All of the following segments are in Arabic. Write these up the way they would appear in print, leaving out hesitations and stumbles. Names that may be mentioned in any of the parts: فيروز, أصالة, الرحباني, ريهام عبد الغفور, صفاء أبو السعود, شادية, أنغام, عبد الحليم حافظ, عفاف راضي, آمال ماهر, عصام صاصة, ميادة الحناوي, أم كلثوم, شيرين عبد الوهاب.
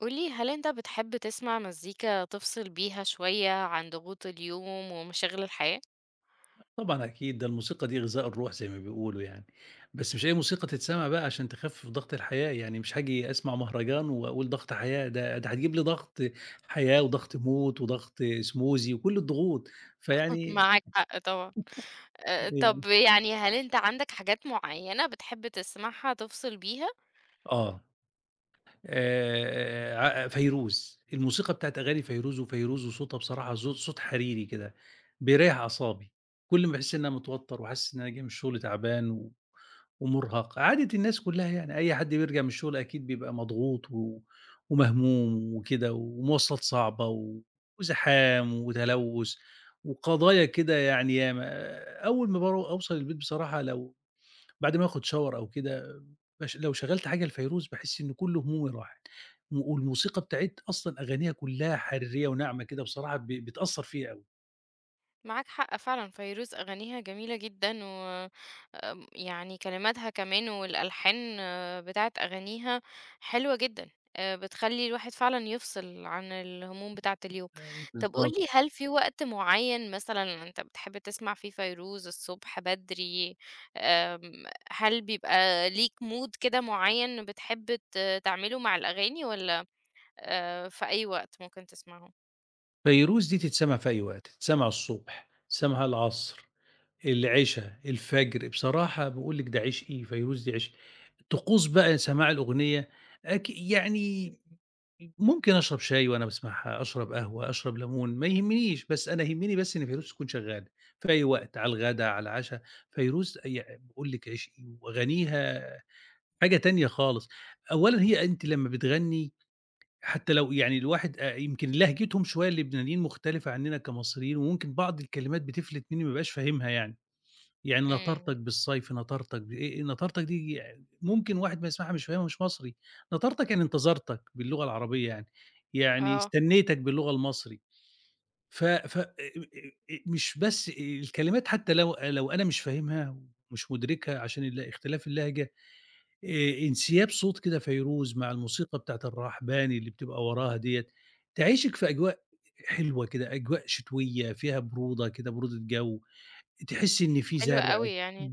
قولي هل انت بتحب تسمع مزيكا تفصل بيها شوية عن ضغوط اليوم ومشاغل الحياة؟ طبعًا أكيد، ده الموسيقى دي غذاء الروح زي ما بيقولوا يعني، بس مش أي موسيقى تتسمع بقى عشان تخفف ضغط الحياة، يعني مش هاجي أسمع مهرجان وأقول ضغط حياة، ده هتجيب لي ضغط حياة وضغط موت وضغط سموزي وكل الضغوط، فيعني معاك حق طبعا. آه، يعني طب يعني هل انت عندك حاجات معينة بتحب تسمعها تفصل بيها؟ آه، آآ ع فيروز، الموسيقى بتاعة أغاني فيروز وفيروز وصوتها بصراحة زو صوت حريري كده، بيريّح أعصابي، كل ما باحس إن أنا متوتر وحاسس إن أنا جاي من الشغل تعبان ومُرهَق، عادة الناس كلّها يعني، أي حد بيرجع من الشغل أكيد بيبقى مضغوط ومهموم وكده ومواصلات صعبة وزحام وتلوُّث وقضايا كده يعني ياما، أول ما أوصل البيت بصراحة لو بعد ما آخُد shower أو كده لو شغّلت حاجة لفيروز باحس إن كل همومي راحت، والموسيقى بتاعة أصلًا أغانيها كلّها حريّة وناعمة كده بصراحة بتأثّر فيّا أوي. معاك حق فعلا فيروز أغانيها جميلة جدا و يعني كلماتها كمان والألحان بتاعت أغانيها حلوة جدا. بتخلي الواحد فعلا يفصل عن الهموم بتاعة اليوم. طب بالضبط. قولي هل في وقت معين مثلا أنت بتحب تسمع فيه فيروز الصبح بدري أم، هل بيبقى ليك مود كده معين بتحب تعمله مع الأغاني ولا في أي وقت ممكن تسمعه؟ فيروز دي تتسمع في أي وقت، تتسمع الصبح، تتسمع العصر، العِشا، الفجر، بصراحة باقول لِك ده عِشقي، فيروز دي عِشقي. طقوس بقى سماع الأغنية أك يعني ممكن أشرب شاي وأنا باسمعها، أشرب قهوة، أشرب ليمون، ما يهمنيش، بس أنا يهمني بس إن فيروز تكون شغالة في أي وقت، على الغدا، على العشا، فيروز باقول لِك عِشقي وأغانيها حاجة تانية خالص. أولًا هي أنتِ لمّا بتغني حتى لو يعني الواحد يمكن لهجتهم شوية اللبنانيين مختلفة عننا كمصريين، وممكن بعض الكلمات بتفلت مني ما بابقاش فاهمها يعني. يعني مم. نطرتك بالصيف، نطرتك ب إيه إيه نطرتك دي ممكن واحد ما يسمعها مش فاهمها مش مصري، نطرتك يعني انتظرتك باللغة العربية يعني، يعني اه. استنيتك باللغة المصري، ف ف مش بس الكلمات حتى لو أنا مش فاهمها ومش مُدركها عشان اختلاف اللهجة، انسياب صوت كده فيروز مع الموسيقى بتاعة الرحباني اللي بتبقى وراها ديّة، تعيشِك في أجواء حلوة كده، أجواء شتوية فيها برودة كده، برودة جو، تحسّي إن في حلوة زرع، قوي يعني.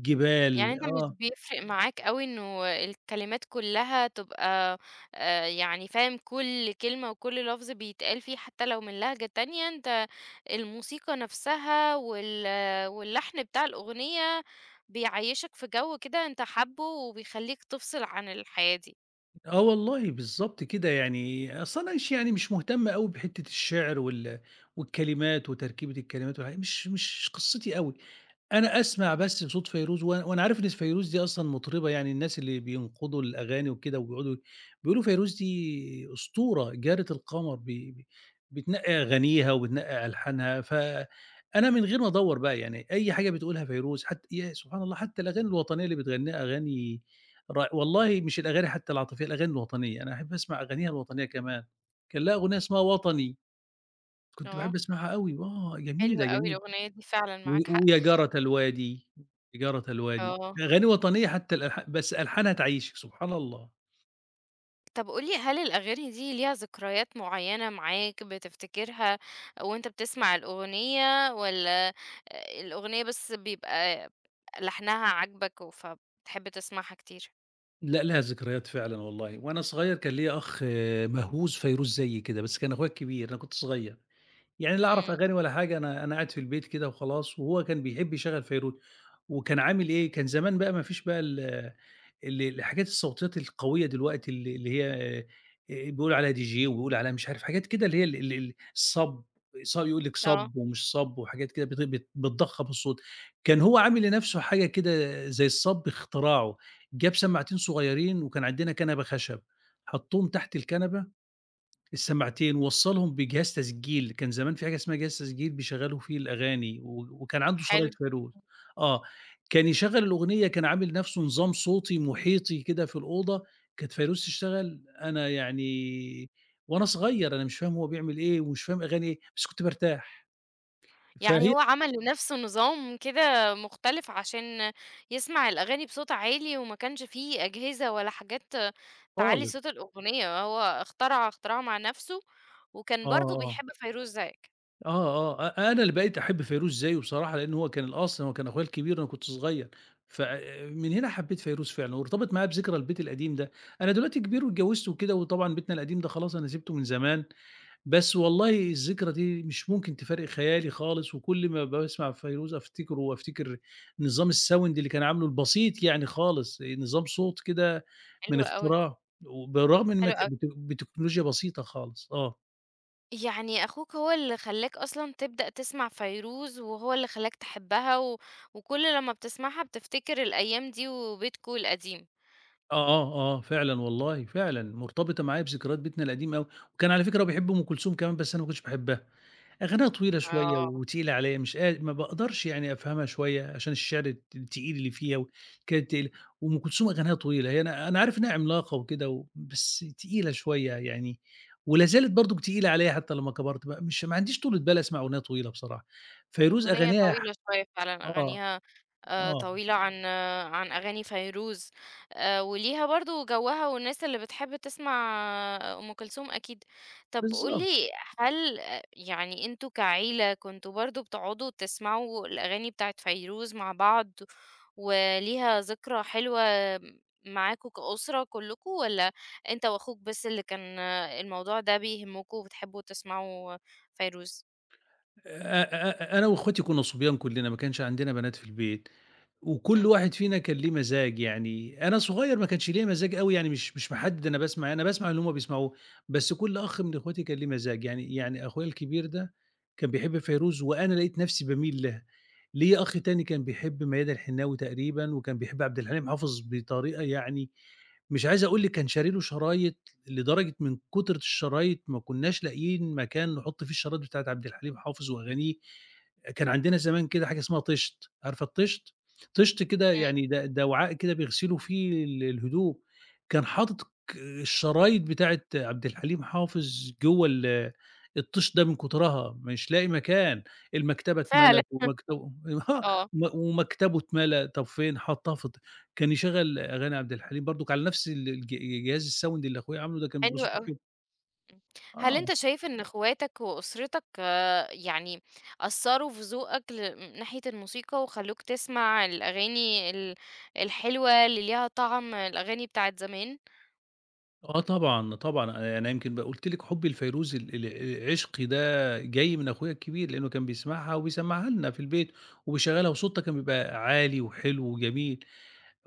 يعني أنت مش آه، بيفرق معاك أوي إنه الكلمات كلّها تبقى يعني فاهم كل كلمة وكل لفظ بيتقال فيه حتى لو من لهجة تانية، أنت الموسيقى نفسها واللحن بتاع الأغنية بيعيّشك في جو كده أنت حابه وبيخلّيك تفصل عن الحياة دي. آه والله بالضبط كده، يعني أصل أنا مش يعني مش مهتم أوي بحتّة الشعر والكلمات وتركيبة الكلمات والحاجات مش قصّتي أوي، أنا أسمع إمم، بس بصوت فيروز وأنا عارف إن فيروز دي أصلًا مطربة يعني الناس اللي بينقدوا الأغاني وكده وبيقعدوا بيقولوا فيروز دي أسطورة جارة القمر ب ب بتنقّي أغانيها وبتنقّي ألحانها، فأنا من غير ما أدوّر بقى يعني أي حاجة بتقولها فيروز ياه سبحان الله حتى الأغاني الوطنية اللي بتغنّيها أغاني ر والله مش الأغاني حتى العاطفية، الأغاني الوطنية، أنا أحب أسمع أغانيها الوطنية كمان، كان لها أغنية اسمها وطني، كنت باحب آه، أسمعها أوي، آه حلوة جميلة، أوي جميلة، الأغنية دي فعلًا و معاك حق، ويا جارة الوادي، يا جارة الوادي، آه. أغاني وطنية حتى بس ألحانها تعيّشك، سبحان الله. طب قُل لي هل الأغاني دي ليها ذكريات معيّنة معاك بتفتكرها وأنت بتسمع الأغنية والّا الأغنية بس بيبقى لحنها عاجبك فبتحب تسمعها كتير؟ لأ لها ذكريات فعلًا والله، وأنا صغير كان ليّا أخ آه، مهووس فيروز زيي كده، بس كان أخويا الكبير، أنا كنت صغير، يعني لا أعرف إمم، أغاني ولا حاجة، أنا قاعد في البيت كده وخلاص، وهو كان بيحب يشغّل فيروز، وكان عامل إيه، كان زمان بقى ما فيش بقى ال ال الحاجات الصوتيات القوية دلوقتي اللي هي بيقولوا عليها DJ وبيقولوا عليها مش عارف حاجات كده اللي هي الصَب يقول لِك آه، صَب ومش صَب وحاجات كده بت بت بتضخّم الصوت. كان هو عامل لنَفْسه حاجة كده زي الصَب اختراعه، جاب سماعتين صغيّرين وكان عندنا كنبة خشب، حطّهم تحت الكنبة السماعتين ووصّلهم بجهاز تسجيل، كان زمان في حاجة اسمها جهاز تسجيل بيشغّلوا فيه الأغاني وكان عنده حلو، شرايط فانوس. آه، كان يشغّل الأغنية كان عامل نَفْسه نظام صوتي محيطي كده في الأوضة، كانت فانوس تشتغل أنا يعني وأنا صغير أنا مش فاهم هو بيعمل إيه ومش فاهم أغاني إيه، بس كنت بارتاح. يعني فهي هو عمل لنفسه نظام كده مختلف عشان يسمع الأغاني بصوت عالي وما كانش في أجهزة ولا حاجات آه تعلّي صوت الأغنية، هو اخترع اختراع مع نفسه وكان برضه آه، بيحب فيروز زيك. آه، آه، أنا اللي بقيت أحب فيروز زيّه بصراحة، لإن هو كان الأصل هو كان أخويا الكبير وأنا كنت صغير، مم. فمن هنا حبيت فيروز فعلًا، وارتبط معايا بذكرى البيت القديم ده. أنا دلوقتي كبير واتجوزت وكده، وطبعًا بيتنا القديم ده خلاص أنا سِبته من زمان، بس والله الذكرى دي مش ممكن تفارق خيالي خالص، وكل ما باسمع فيروز أفتكره وأفتكر نظام الsound اللي كان عامله البسيط يعني خالص، نظام صوت كده من حلو أوي، اختراعه، وبالرغم إن ما حلو ك أوي. بت بتكنولوجيا بسيطة خالص، آه. يعني أخوك هو اللي خلّاك أصلًا تبدأ تسمع فيروز، وهو اللي خلّاك تحبها، و وكل لمّا بتسمعها بتفتكر الأيام دي وبيتكم القديم. آه، آه، آه، فعلًا والله، فعلًا مرتبطة معايا بذكريات بيتنا القديمة أوي، وكان على فكرة بيحب أم كلثوم كمان بس أنا ما كنتش باحبها، أغانيها طويلة شوية آه. وتقيلة عليَّ مش قا ما باقدرش يعني أفهمها شوية عشان الشعر التقيل اللي فيها و كانت تقيلة، وأم كلثوم أغانيها طويلة، هي أنا عارف إنها عملاقة وكده و بس تقيلة شوية يعني، ولا زالت برضك تقيلة عليَّ حتى لمّا كبرت بقى، مش ما عنديش طولة بال أسمع أغنية طويلة بصراحة، فيروز أغنية أغانيها ح طويلة شوية فعلًا، آه، أغانيها آه، طويلة عن عن أغاني فيروز، وليها برضه جوّها والناس اللي بتحب تسمع أم كلثوم أكيد. طب قُل بالضبط. لي هل يعني أنتم كعيلة كنتم برضه بتقعدوا تسمعوا الأغاني بتاعة فيروز مع بعض، وليها ذكرى حلوة معاكم كأسرة كلكم، والّا أنت وأخوك بس اللي كان الموضوع ده بيهمكم وبتحبوا تسمعوا فيروز؟ أ أ أنا وأخواتي كنا صبيان كلّنا، ما كانش عندنا بنات في البيت، وكل إمم، واحد فينا كان ليه مزاج يعني، أنا صغير ما كانش ليّا مزاج أوي يعني مش محدد أنا باسمع إيه، أنا باسمع اللي هُم بيسمعوه، بس كل أخ من أخواتي كان ليه مزاج، يعني أخويا الكبير ده كان بيحب فيروز وأنا لقيت نفسي باميل لها، ليّا أخ تاني كان بيحب ميادة الحناوي تقريبًا، وكان بيحب عبد الحليم حافظ بطريقة يعني مش عايز أقول لِك كان شاري له شرايط، لدرجة من كترة الشرايط ما كناش لاقيين مكان نحط فيه الشرايط بتاعة عبد الحليم حافظ وأغانيه. كان عندنا زمان كده حاجة اسمها طِشت، عارفة الطِشت؟ طِشت كده إمم، يعني ده وعاء كده بيغسلوا فيه الهدوم، كان حاطط الشرايط بتاعة عبد الحليم حافظ جوّه الطِشت ده من كترها، مش لاقي مكان، المكتبة فعلًا. اتملت ومكتبه آه، آه، وم ومكتبه اتملا، طب فين؟ حطها في كان يشغّل أغاني عبد الحليم برضك على نفس ال الج جهاز الSound اللي أخويا عامله ده كان بيبقى حلو صوته أوي، حلو. إمم. هل آه، أنت شايف إن اخواتك وأسرتك يعني أثّروا في ذوقك من ناحية الموسيقى وخلّوك تسمع الأغاني الحلوة اللي ليها طَعم، الأغاني بتاعة زمان؟ آه طبعًا، طبعًا أنا يعني أنا يمكن قُلت لِك حُبّي لفيروز ال ال عشقي ده جاي من أخويا الكبير، لإنه كان بيسمعها وبيسمعها لنا في البيت وبيشغّلها وصوتها كان بيبقى عالي وحلو وجميل.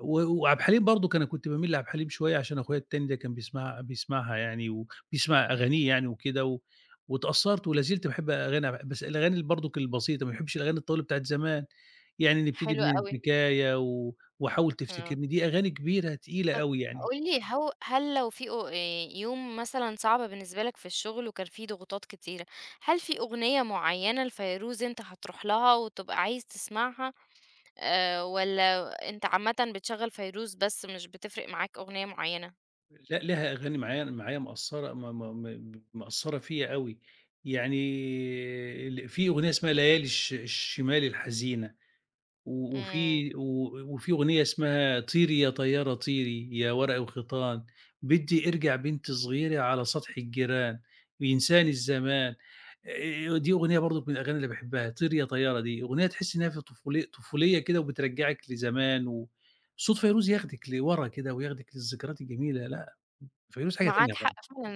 وعبد الحليم برضه كان كنت باميل لعبد الحليم شوية عشان أخويا التاني ده كان بيسمع بيسمعها يعني وبيسمع إمم، أغانيه يعني وكده و واتأثّرت ولا زلت باحب أغاني عب بس الأغاني اللي برضُك البسيطة، ما باحبش الأغاني الطويلة بتاعة زمان، يعني نبتدي حلو من أوي، الحكاية و وحاول آه. تفتكرني، دي أغاني كبيرة تقيلة طَب أوي يعني، قُل لي هل لو في أو يوم مثلًا صعب بالنسبة لك في الشغل وكان في ضغوطات كتيرة، هل في أغنية معيّنة لفيروز أنت هتروح لها وتبقى عايز تسمعها؟ والّا أنت عامةً بتشغّل فيروز بس مش بتفرق معاك أغنية معيّنة؟ لأ ليها أغاني معايا مأثّرة م م م مأثّرة فيّا أوي، يعني في أغنية اسمها ليالي الشمال الحزينة. و إمم، وفي و وفي أغنية اسمها طيري يا طيارة طيري يا ورق وخيطان، بدي أرجع بنتي صغيرة على سطح الجيران، ينساني الزمان، دي أغنية برضك من الأغاني اللي باحبها، طيري يا طيارة دي، أغنية تحسّي إنها في طفولية كده وبترجّعِك لزمان و صوت فيروز ياخدِك لورا كده وياخدِك للذكريات الجميلة، لأ، فيروز حاجة معاك تانية حق خالص. فعلًا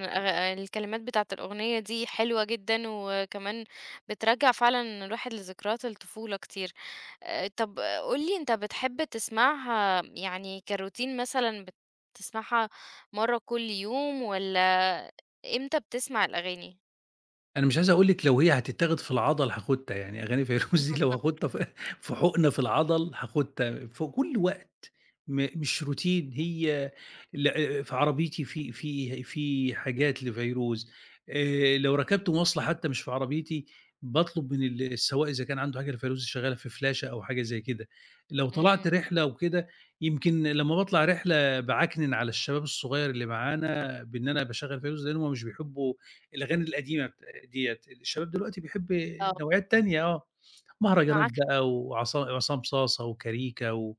الكلمات بتاعة الأغنية دي حلوة جدًا، وكمان بترجّع فعلًا الواحد لذكريات الطفولة كتير. طب قُل لي أنت بتحب تسمعها يعني كroutine مثلًا بتسمعها مرّة كل يوم والّا إمتى بتسمع الأغاني؟ أنا مش عايز أقول لِك لو هي هتتاخد في العضل هاخدها، يعني أغاني فيروز دي لو هاخدها ف في حُقنة في العضل هاخدها في كل وقت، مش روتين هي ل في عربيتي في حاجات لفيروز، لو ركبت مواصلة حتى مش في عربيتي باطلب من السواق إذا كان عنده حاجة لفيروز شغّالة في فلاشة أو حاجة زي كده، لو طلعت اهم، رحلة وكده يمكن لمّا باطلع رحلة باعكنن على الشباب الصغير اللي معانا بإن أنا باشغّل فيروز لإن هُم مش بيحبّوا الأغاني القديمة ديّة، الشباب دلوقتي بيحب آه، نوعيات تانية آه، مهرجانات معاك حق، بقى وعصام صاصة وكاريكا و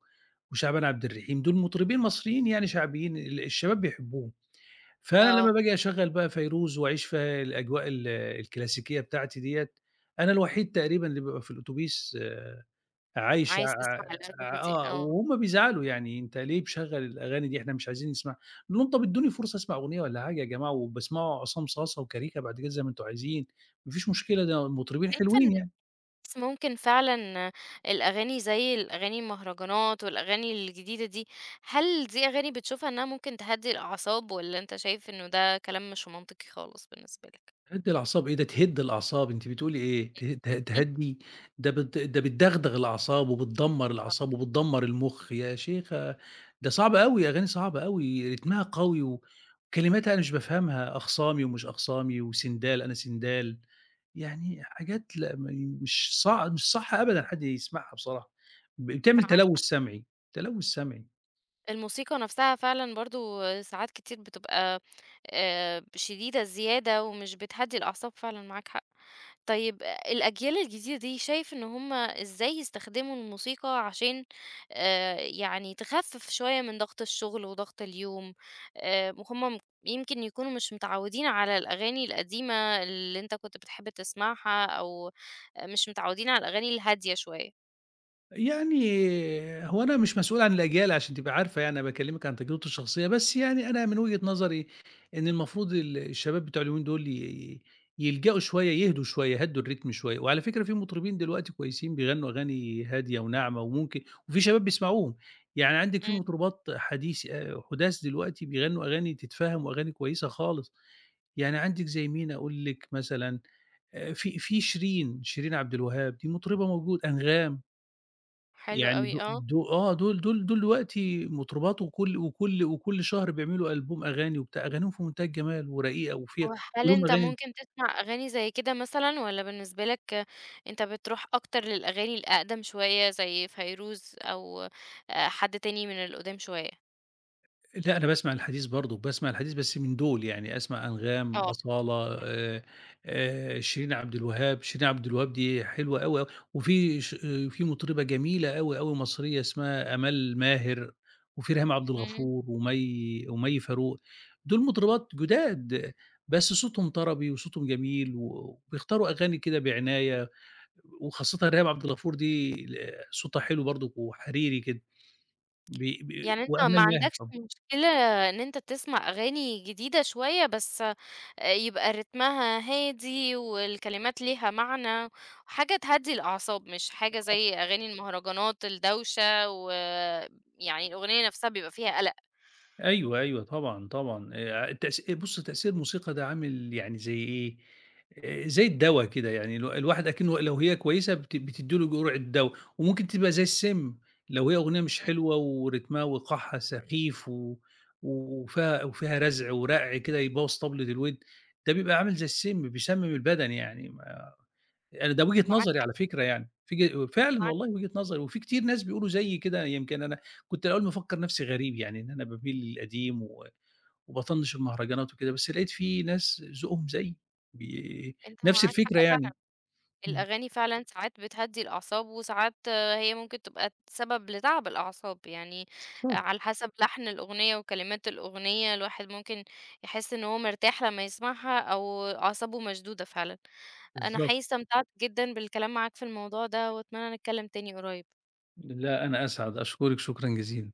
وشعبان عبد الرحيم، دول مطربين مصريين يعني شعبيين الشباب بيحبوهم، فأنا لمّا آه، باجي أشغّل بقى فيروز وأعيش في الأجواء الكلاسيكية بتاعتي ديّة، أنا الوحيد تقريبًا اللي بيبقى في الأوتوبيس عايشة عايز ع تسمع الأغاني دي، آه، آه. وهُم بيزعلوا يعني أنت ليه مشغّل الأغاني دي إحنا مش عايزين نسمعها، باقول لهم طَب ادّوني فرصة أسمع أغنية والّا حاجة يا جماعة، وباسمعوا عصام صاصة وكاريكا بعد كده زي ما أنتم عايزين، ما فيش مشكلة ده مطربين شايفة حلوين يعني. بس ممكن فعلًا الأغاني زي الأغاني المهرجانات والأغاني الجديدة دي، هل دي أغاني بتشوفها إنها ممكن تهدّي الأعصاب والّا أنت شايف إنه ده كلام مش منطقي خالص بالنسبة لك؟ تهدّي الأعصاب إيه، ده تهِد الأعصاب، أنتِ بتقولي إيه؟ ته ته تهدّي، ده بتدغدغ الأعصاب وبتدمّر الأعصاب وبتدمّر المُخ، يا شيخة ده صعب أوي، أغاني صعبة أوي، رتمها قوي وكلماتها أنا مش بافهمها، أخصامي ومش أخصامي وسندال أنا سندال، يعني حاجات لأ م مش صع مش صح أبدًا حد يسمعها بصراحة، بتعمل معاك. تلوث سمعي، تلوث سمعي. الموسيقى نفسها فعلًا برضه ساعات كتير بتبقى شديدة زيادة ومش بتهدّي الأعصاب فعلًا معاك حق. طيب الأجيال الجديدة دي شايف إن هم إزاي يستخدموا الموسيقى عشان يعني تخفف شوية من ضغط الشغل وضغط اليوم، وهُم يمكن يكونوا مش متعودين على الأغاني القديمة اللي أنت كنت بتحب تسمعها أو مش متعودين على الأغاني الهادية شوية. يعني هو أنا مش مسؤول عن الأجيال عشان تبقي عارفة يعني أنا باكلمِك عن تجربتي الشخصية، بس يعني أنا من وجهة نظري إن المفروض الشباب بتوع اليومين دول يلجأوا شوية، يهدوا شوية، يهدّوا الريتم شوية، وعلى فكرة في مطربين دلوقتي كويسين بيغنوا أغاني هادية وناعمة وممكن وفي شباب بيسمعوهم، يعني عندِك في إمم، مطربات حديث حُداث دلوقتي بيغنوا أغاني تتفهم وأغاني كويسة خالص، يعني عندِك زي مين أقول لِك مثلًا في شيرين، شيرين عبد الوهاب دي مطربة موجودة، أنغام. حلو يعني أوي، دو آه. دو آه، دول دلوقتي مطربات وكل شهر بيعملوا ألبوم أغاني وبتاع، أغانيهم في منتهى الجمال ورقيقة وفيها وهل وليهم أنت أغاني ممكن تسمع أغاني زي كده مثلًا، والّا بالنسبة لك أنت بتروح أكتر للأغاني الأقدم شوية زي فيروز أو حد تاني من القدام شوية؟ لأ، أنا باسمع الحديث برضه، باسمع الحديث بس من دول، يعني أسمع أنغام، آه، أصالة، شيرين عبد الوهاب، شيرين عبد الوهاب دي حلوة أوي، أوي، وفي ش آه، في مطربة جميلة أوي، أوي مصرية اسمها آمال ماهر، وفي ريهام عبد إمم، الغفور، ومي فاروق، دول مطربات جداد، بس صوتهم طربي وصوتهم جميل، و وبيختاروا أغاني كده بعناية، وخاصةً ريهام عبد الغفور دي صوتها حلو برضه وحريري كده، ب ب يعني أنت ما وآمال ماهر عندكش طبعًا. مشكلة إن أنت تسمع أغاني جديدة شوية، بس يبقى رتمها هادي والكلمات ليها معنى، حاجة تهدّي الأعصاب، مش حاجة زي أغاني المهرجانات الدوشة، ويعني الأغنية نفسها بيبقى فيها قلق. أيوه، أيوه طبعًا، طبعًا التأس بُص تأثير الموسيقى ده عامل يعني زي إيه، زي الدوا كده يعني الواحد أكنه لو هي كويسة بتدّي له جرعة دوا، وممكن تبقى زي السم، لو هي أغنية مش إمم، حلوة ورتمها وإيقاعها سخيف وفيها وفيها رزع ورَقْع كده يبوّظ طبلة الوِدْن، ده بيبقى عامل زي السم بيسمم البدن يعني. أنا ده وجهة معاك نظري على فكرة يعني، في ج فعلًا حق. والله وجهة نظري، وفي كتير ناس بيقولوا زيي كده يمكن أنا كنت الأول مفكّر نفسي غريب، يعني إن أنا باميل للقديم و وباطنّش المهرجانات وكده، بس لقيت في ناس ذوقهم زيي بي أنت نفس معاك الفكرة حق فعلًا، يعني. إمم. الأغاني فعلًا ساعات بتهدّي الأعصاب، وساعات هي ممكن تبقى سبب لتعب الأعصاب، يعني بالضبط. على حسب لحن الأغنية وكلمات الأغنية، الواحد ممكن يحس إن هو مرتاح لمّا يسمعها أو أعصابه مشدودة فعلًا. أنا بالضبط. حقيقي استمتعت جدًا بالكلام معاك في الموضوع ده، وأتمنى نتكلم تاني قريب. لا أنا أسعد، أشكرِك شكرًا جزيلًا.